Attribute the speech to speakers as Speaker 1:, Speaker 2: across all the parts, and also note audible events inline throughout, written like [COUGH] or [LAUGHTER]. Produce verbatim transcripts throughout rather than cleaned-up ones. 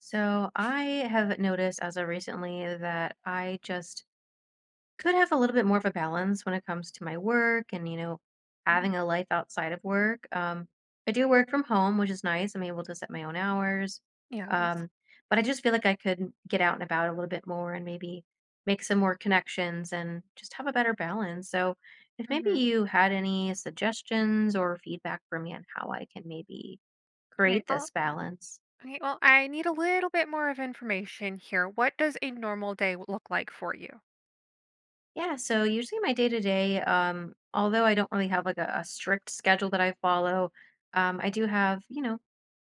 Speaker 1: So I have noticed as of recently that I just could have a little bit more of a balance when it comes to my work and, you know,
Speaker 2: Yeah.
Speaker 1: having a life outside of work. Um, I do work from home, which is nice. I'm able to set my own hours.
Speaker 2: Yes.
Speaker 1: Um, but I just feel like I could get out and about a little bit more and maybe make some more connections and just have a better balance. So if maybe
Speaker 2: Mhm.
Speaker 1: you had any suggestions or feedback for me on how I can maybe
Speaker 2: Alright,
Speaker 1: create
Speaker 2: well
Speaker 1: this balance.
Speaker 2: okay, well, I need a little bit more of information here. What does a normal day w look like for you?
Speaker 1: Yeah, so usually my day to day, um, although I don't really have like a, a strict schedule that I follow, um, I do have, you know,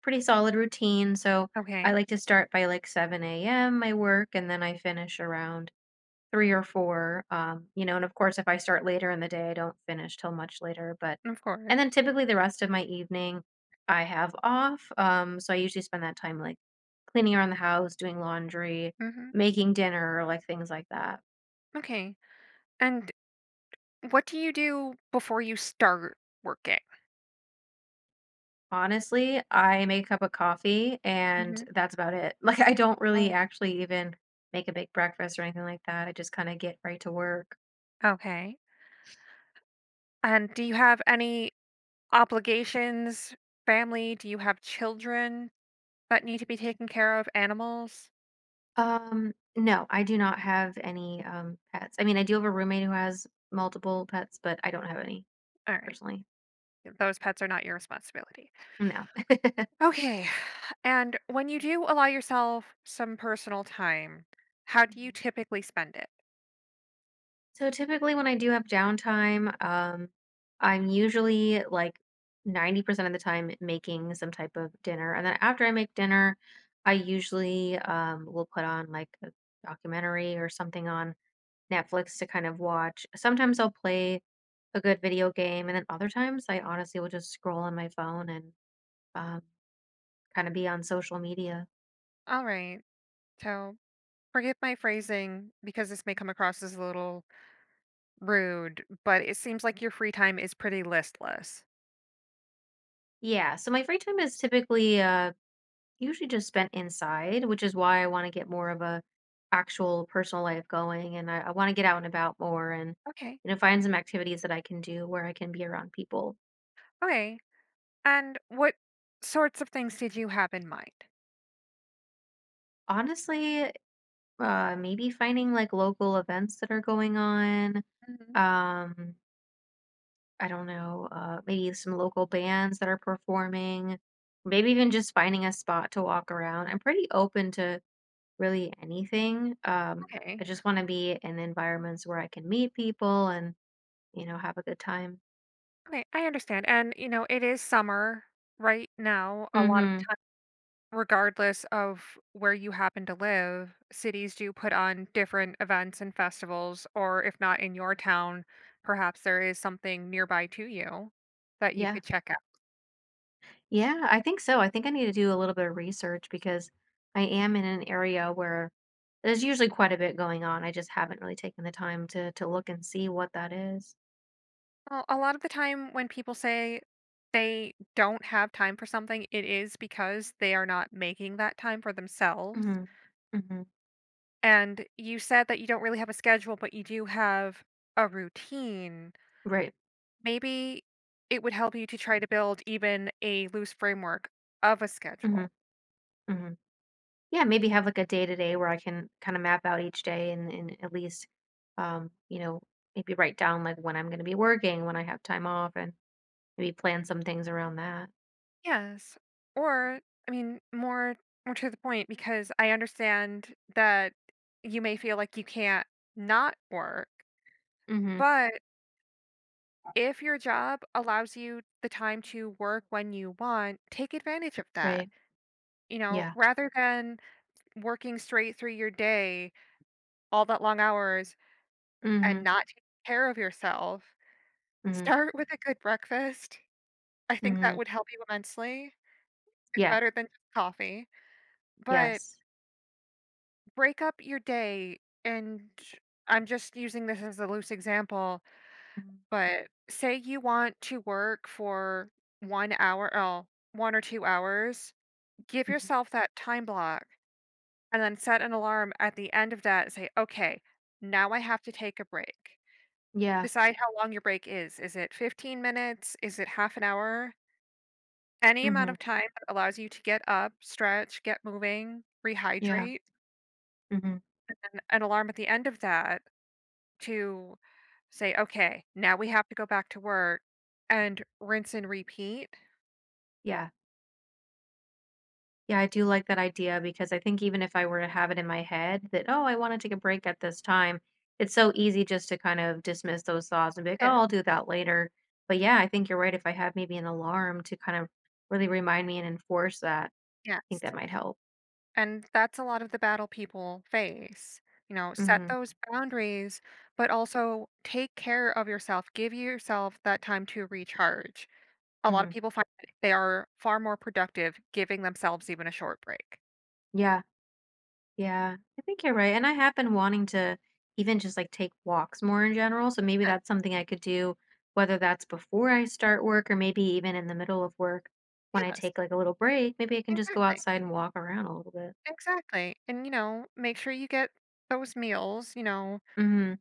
Speaker 1: pretty solid routine. So I
Speaker 2: Okay.
Speaker 1: like to start by like seven a m my work and then I finish around three or four. Um, you know, and of course, if I start later in the day, I don't finish till much later. But,
Speaker 2: Of course.
Speaker 1: and then typically the rest of my evening I have off. Um, so I usually spend that time like cleaning around the house, doing laundry,
Speaker 2: Mhm.
Speaker 1: making dinner, like things like that.
Speaker 2: Okay. And what do you do before you start working?
Speaker 1: Honestly, I make a cup of coffee and
Speaker 2: Mhm.
Speaker 1: that's about it. [LAUGHS] Like, I don't really
Speaker 2: Oh,
Speaker 1: actually even make a big breakfast or anything like that. I just kind of get right to work.
Speaker 2: okay. And do you have any obligations, family? Do you have children that need to be taken care of? Animals?
Speaker 1: Um, no, I do not have any um pets. I mean, I do have a roommate who has multiple pets, but I don't have any
Speaker 2: Alright.
Speaker 1: personally.
Speaker 2: Those pets are not your responsibility.
Speaker 1: No. [LAUGHS]
Speaker 2: Okay. And when you do allow yourself some personal time, how do
Speaker 1: Mhm.
Speaker 2: you typically spend it?
Speaker 1: So typically when I do have downtime, um, I'm usually like ninety percent of the time making some type of dinner. And then after I make dinner, I usually um, will put on like a documentary or something on Netflix to kind of watch. Sometimes I'll play a good video game, and then other times I honestly will just scroll on my phone and um, kind of be on social media.
Speaker 2: All right. So forgive my phrasing because this may come across as a little rude, but it seems like your free time is pretty listless.
Speaker 1: Yeah, so my free time is typically uh, Usually just spent inside, which is why I wanna get more of a actual personal life going, and I I wanna get out and about more and,
Speaker 2: Okay.
Speaker 1: you know, find some activities that I can do where I can be around people.
Speaker 2: Okay. And what sorts of things did you have in mind?
Speaker 1: Honestly, uh, maybe finding, like, local events that are going on,
Speaker 2: Mhm.
Speaker 1: um, I don't know, uh, maybe some local bands that are performing, maybe even just finding a spot to walk around. I'm pretty open to really anything, um,
Speaker 2: Okay.
Speaker 1: I just wanna be in environments where I can meet people and you know, have a good time.
Speaker 2: Okay. I understand. And, you know, it is summer right now. A lot of
Speaker 1: hmm
Speaker 2: Regardless of where you happen to live, cities do put on different events and festivals, or if not in your town, perhaps there is something nearby to you that you
Speaker 1: Yeah.
Speaker 2: could check out.
Speaker 1: Yeah, I think so. I think I need to do a little bit of research because I am in an area where there's usually quite a bit going on. I just haven't really taken the time to to look and see what that is.
Speaker 2: Well, a lot of the time when people say they don't have time for something, it is because they are not making that time for themselves.
Speaker 1: Mm-hmm. Mm-hmm.
Speaker 2: And you said that you don't really have a schedule, but you do have a routine.
Speaker 1: Right.
Speaker 2: Maybe it would help you to try to build even a loose framework of a schedule.
Speaker 1: Mm-hmm. Mm-hmm. Yeah, maybe have like a day to day where I can kind of map out each day and, and at least, um, you know, maybe write down like when I'm going to be working, when I have time off, and maybe plan some things around that.
Speaker 2: Yes. Or I mean more more to the point, because I understand that you may feel like you can't not work,
Speaker 1: Mm-hmm.
Speaker 2: but if your job allows you the time to work when you want, take advantage of that.
Speaker 1: Right.
Speaker 2: You know,
Speaker 1: Yeah.
Speaker 2: rather than working straight through your day, all that long hours
Speaker 1: Mm-hmm.
Speaker 2: and not taking care of yourself,
Speaker 1: Mm-hmm.
Speaker 2: start with a good breakfast. I think
Speaker 1: Mm-hmm.
Speaker 2: that would help you immensely. It's
Speaker 1: Yeah.
Speaker 2: better than just coffee. But
Speaker 1: Yes.
Speaker 2: break up your day, and I'm just using this as a loose example,
Speaker 1: Mhm,
Speaker 2: but say you want to work for one hour oh, one or two hours, give
Speaker 1: mhm.
Speaker 2: yourself that time block, and then set an alarm at the end of that and say, "Okay, now I have to take a break."
Speaker 1: Yeah.
Speaker 2: Decide how long your break is. Is it fifteen minutes? Is it half an hour? Any amount
Speaker 1: Mhm.
Speaker 2: of time that allows you to get up, stretch, get moving,
Speaker 1: Yeah.
Speaker 2: rehydrate,
Speaker 1: Mhm.
Speaker 2: and an alarm at the end of that to say, "Okay, now we have to go back to work," and rinse and repeat
Speaker 1: Yeah. Yeah, I do like that idea because I think even if I were to have it in my head that, "Oh, I wanna take a break at this time," it's so easy just to kind of dismiss those thoughts and be like, "Oh,
Speaker 2: it.
Speaker 1: I'll do that later." But yeah, I think you're right. If I have maybe an alarm to kind of really remind me and enforce that, I think
Speaker 2: Yes.
Speaker 1: that might help.
Speaker 2: And that's a lot of the battle people face. You know, set
Speaker 1: Mhm,
Speaker 2: those boundaries, but also take care of yourself. Give yourself that time to recharge. A lot of
Speaker 1: mhm.
Speaker 2: people find that they are far more productive giving themselves even a short break.
Speaker 1: Yeah. Yeah, I think you're right. And I have been wanting to even just like take walks more in general. So maybe
Speaker 2: Yeah,
Speaker 1: that's something I could do, whether that's before I start work or maybe even in the middle of work when I
Speaker 2: yes,
Speaker 1: take like a little break. Maybe I can just go
Speaker 2: exactly.
Speaker 1: outside and walk around a little bit.
Speaker 2: Exactly. And, you know, make sure you get those meals, you know,
Speaker 1: hmm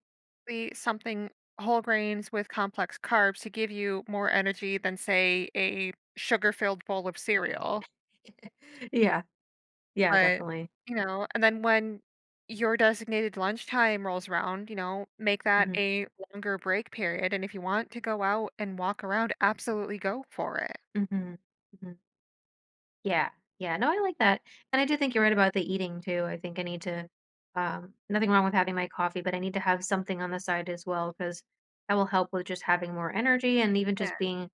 Speaker 2: the something whole grains with complex carbs to give you more energy than, say, a sugar filled bowl of cereal.
Speaker 1: [LAUGHS] Yeah, yeah,
Speaker 2: But,
Speaker 1: definitely.
Speaker 2: you know, and then when your designated lunchtime rolls around, you know, make that
Speaker 1: hmm
Speaker 2: a longer break period. And if you want to go out and walk around, absolutely go for it.
Speaker 1: hmm hmm Yeah, yeah, no, I like that, and I do think you're right about the eating too, I think I need to um, nothing wrong with having my coffee, but I need to have something on the side as well because that will help with just having more energy and even
Speaker 2: Yeah,
Speaker 1: just being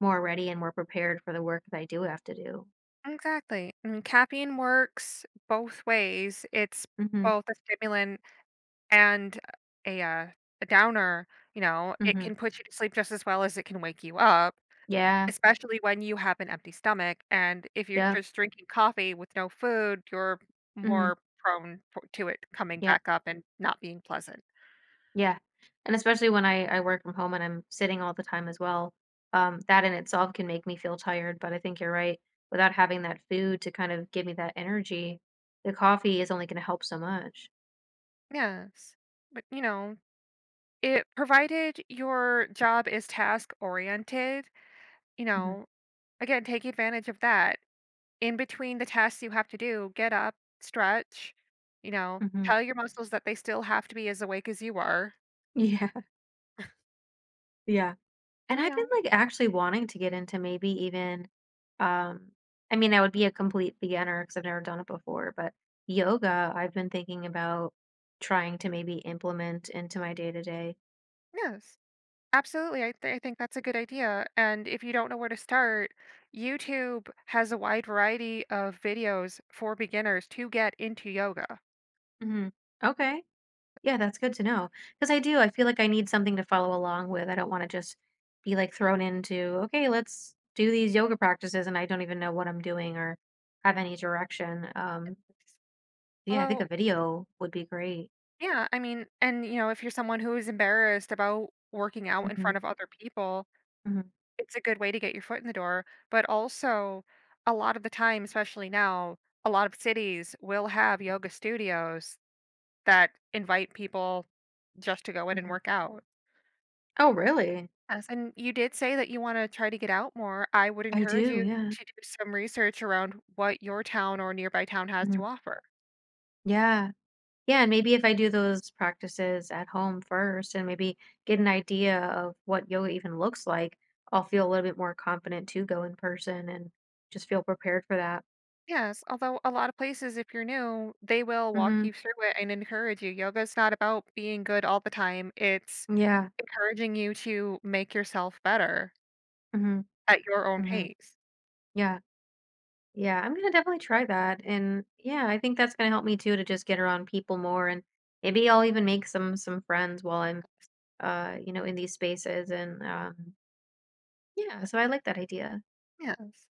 Speaker 1: more ready and more prepared for the work that I do have to do.
Speaker 2: exactly. And caffeine works both ways. It's
Speaker 1: Mhm,
Speaker 2: both a stimulant and a, uh, a downer. You know, it
Speaker 1: mhm.
Speaker 2: can put you to sleep just as well as it can wake you up,
Speaker 1: Yeah,
Speaker 2: especially when you have an empty stomach. And if you're
Speaker 1: yep,
Speaker 2: just drinking coffee with no food, you're
Speaker 1: mhm,
Speaker 2: more prone for, to it coming
Speaker 1: yep.
Speaker 2: back up and not being pleasant.
Speaker 1: Yeah, and especially when I I work from home and I'm sitting all the time as well, um, that in itself can make me feel tired, but I think you're right. Without having that food to kind of give me that energy, the coffee is only gonna help so much.
Speaker 2: Yes. But, you know, it provided your job is task oriented, you
Speaker 1: Mhm,
Speaker 2: know, again, take advantage of that. In between the tasks you have to do, get up, stretch, you know,
Speaker 1: mhm.
Speaker 2: tell your muscles that they still have to be as awake as you are.
Speaker 1: [LAUGHS] Yeah, yeah. And
Speaker 2: And,
Speaker 1: I've
Speaker 2: you
Speaker 1: been,
Speaker 2: know,
Speaker 1: like, actually wanting to get into maybe even, um I mean, I would be a complete beginner because 'cause I've never done it before, but yoga, I've been thinking about trying to maybe implement into my day-to-day.
Speaker 2: yes, absolutely, I th I think that's a good idea, and if you don't know where to start, YouTube has a wide variety of videos for beginners to get into yoga.
Speaker 1: Mhm. Okay. Yeah, that's good to know. Because I do, I feel like I need something to follow along with, I don't wanna just be, like, thrown into, "Okay, let's do these yoga practices," and I don't even know what I'm doing or have any direction, um, yeah, I think a
Speaker 2: Although
Speaker 1: video would be great.
Speaker 2: Yeah, I mean, and, you know, if you're someone who is embarrassed about working out in front
Speaker 1: Mhm,
Speaker 2: of other people,
Speaker 1: mhm,
Speaker 2: it's a good way to get your foot in the door, but also a lot of the time, especially now, a lot of cities will have yoga studios that invite people just to go in and
Speaker 1: mhm.
Speaker 2: work out.
Speaker 1: Oh, really?
Speaker 2: Yes, and you did say that you want to try to get out more. I would
Speaker 1: I
Speaker 2: encourage
Speaker 1: do,
Speaker 2: you
Speaker 1: yeah,
Speaker 2: to do some research around what your town or nearby town has
Speaker 1: mhm,
Speaker 2: to offer.
Speaker 1: yeah. Yeah, and maybe if I do those practices at home first and maybe get an idea of what yoga even looks like, I'll feel a little bit more confident to go in person and just feel prepared for that.
Speaker 2: Yes, although a lot of places, if you're new, they will walk
Speaker 1: Mhm.
Speaker 2: you through it and encourage you. Yoga's not about being good all the time, it's
Speaker 1: Yeah.
Speaker 2: encouraging you to make yourself better.
Speaker 1: Mhm.
Speaker 2: At your own
Speaker 1: Mhm.
Speaker 2: pace.
Speaker 1: Yeah. Yeah. I'm gonna definitely try that. And yeah, I think that's gonna help me too to just get around people more and maybe I'll even make some some friends while I'm uh, you know, in these spaces and um yeah, so I like that idea.
Speaker 2: Yes.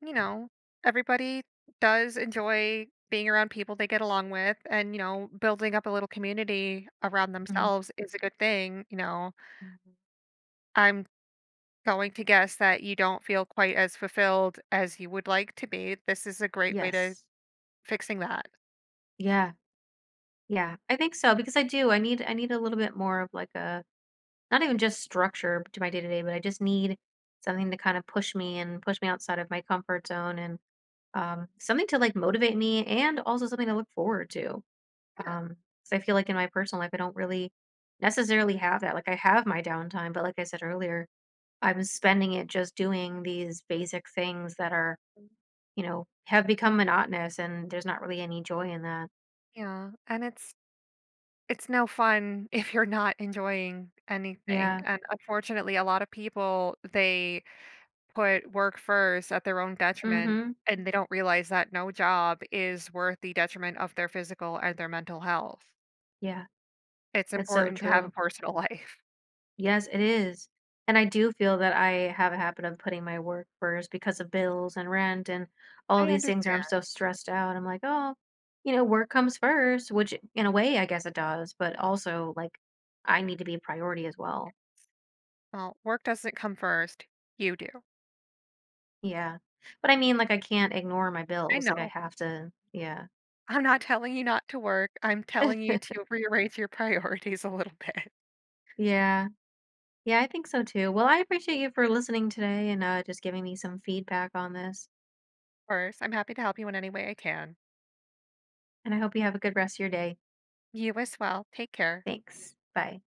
Speaker 2: You know, everybody does enjoy being around people they get along with, and, you know building up a little community around
Speaker 1: Mhm.
Speaker 2: themselves is a good thing you know
Speaker 1: Mhm.
Speaker 2: I'm going to guess that you don't feel quite as fulfilled as you would like to be. This is a great way to
Speaker 1: Yes.
Speaker 2: fixing that.
Speaker 1: Yeah. Yeah. I think so because I do. I need I need a little bit more of like a not even just structure to my day-to-day, but I just need something to kind of push me and push me outside of my comfort zone and um, something to like motivate me and also something to look forward to. Um, so I feel like in my personal life, I don't really necessarily have that. Like I have my downtime, but like I said earlier, I'm spending it just doing these basic things that are, you know, have become monotonous and there's not really any joy in that.
Speaker 2: Yeah, and it's it's no fun [LAUGHS] if you're not enjoying anything,
Speaker 1: Yeah.
Speaker 2: and unfortunately a lot of people, they put work first at their own detriment,
Speaker 1: Mm-hmm.
Speaker 2: and they don't realize that no job is worth the detriment of their physical and their mental health.
Speaker 1: Yeah.
Speaker 2: It's
Speaker 1: That's so
Speaker 2: important to have
Speaker 1: true.
Speaker 2: a personal [LAUGHS] life.
Speaker 1: Yes, it is. And I do feel that I have a habit of putting my work first because of bills and rent and all
Speaker 2: I
Speaker 1: these things where I'm
Speaker 2: understand.
Speaker 1: so stressed out. I'm like, oh, you know, work comes first, which in a way, I guess it does, but also like I need to be a priority as well.
Speaker 2: Well, work doesn't come first. You do.
Speaker 1: Yeah. But I mean, like, I can't ignore my
Speaker 2: I
Speaker 1: bills. Like, I
Speaker 2: know.
Speaker 1: have to, yeah.
Speaker 2: I'm not telling you not to work. I'm telling you
Speaker 1: [LAUGHS]
Speaker 2: to rearrange your [LAUGHS] priorities a little bit.
Speaker 1: Yeah. Yeah, I think so too. Well, I appreciate you for listening today and uh, just giving me some feedback on this.
Speaker 2: Of course, i I'm happy to help you in any way I can.
Speaker 1: And I hope you have a good rest of your day.
Speaker 2: You as well. Take care.
Speaker 1: Thanks. Bye.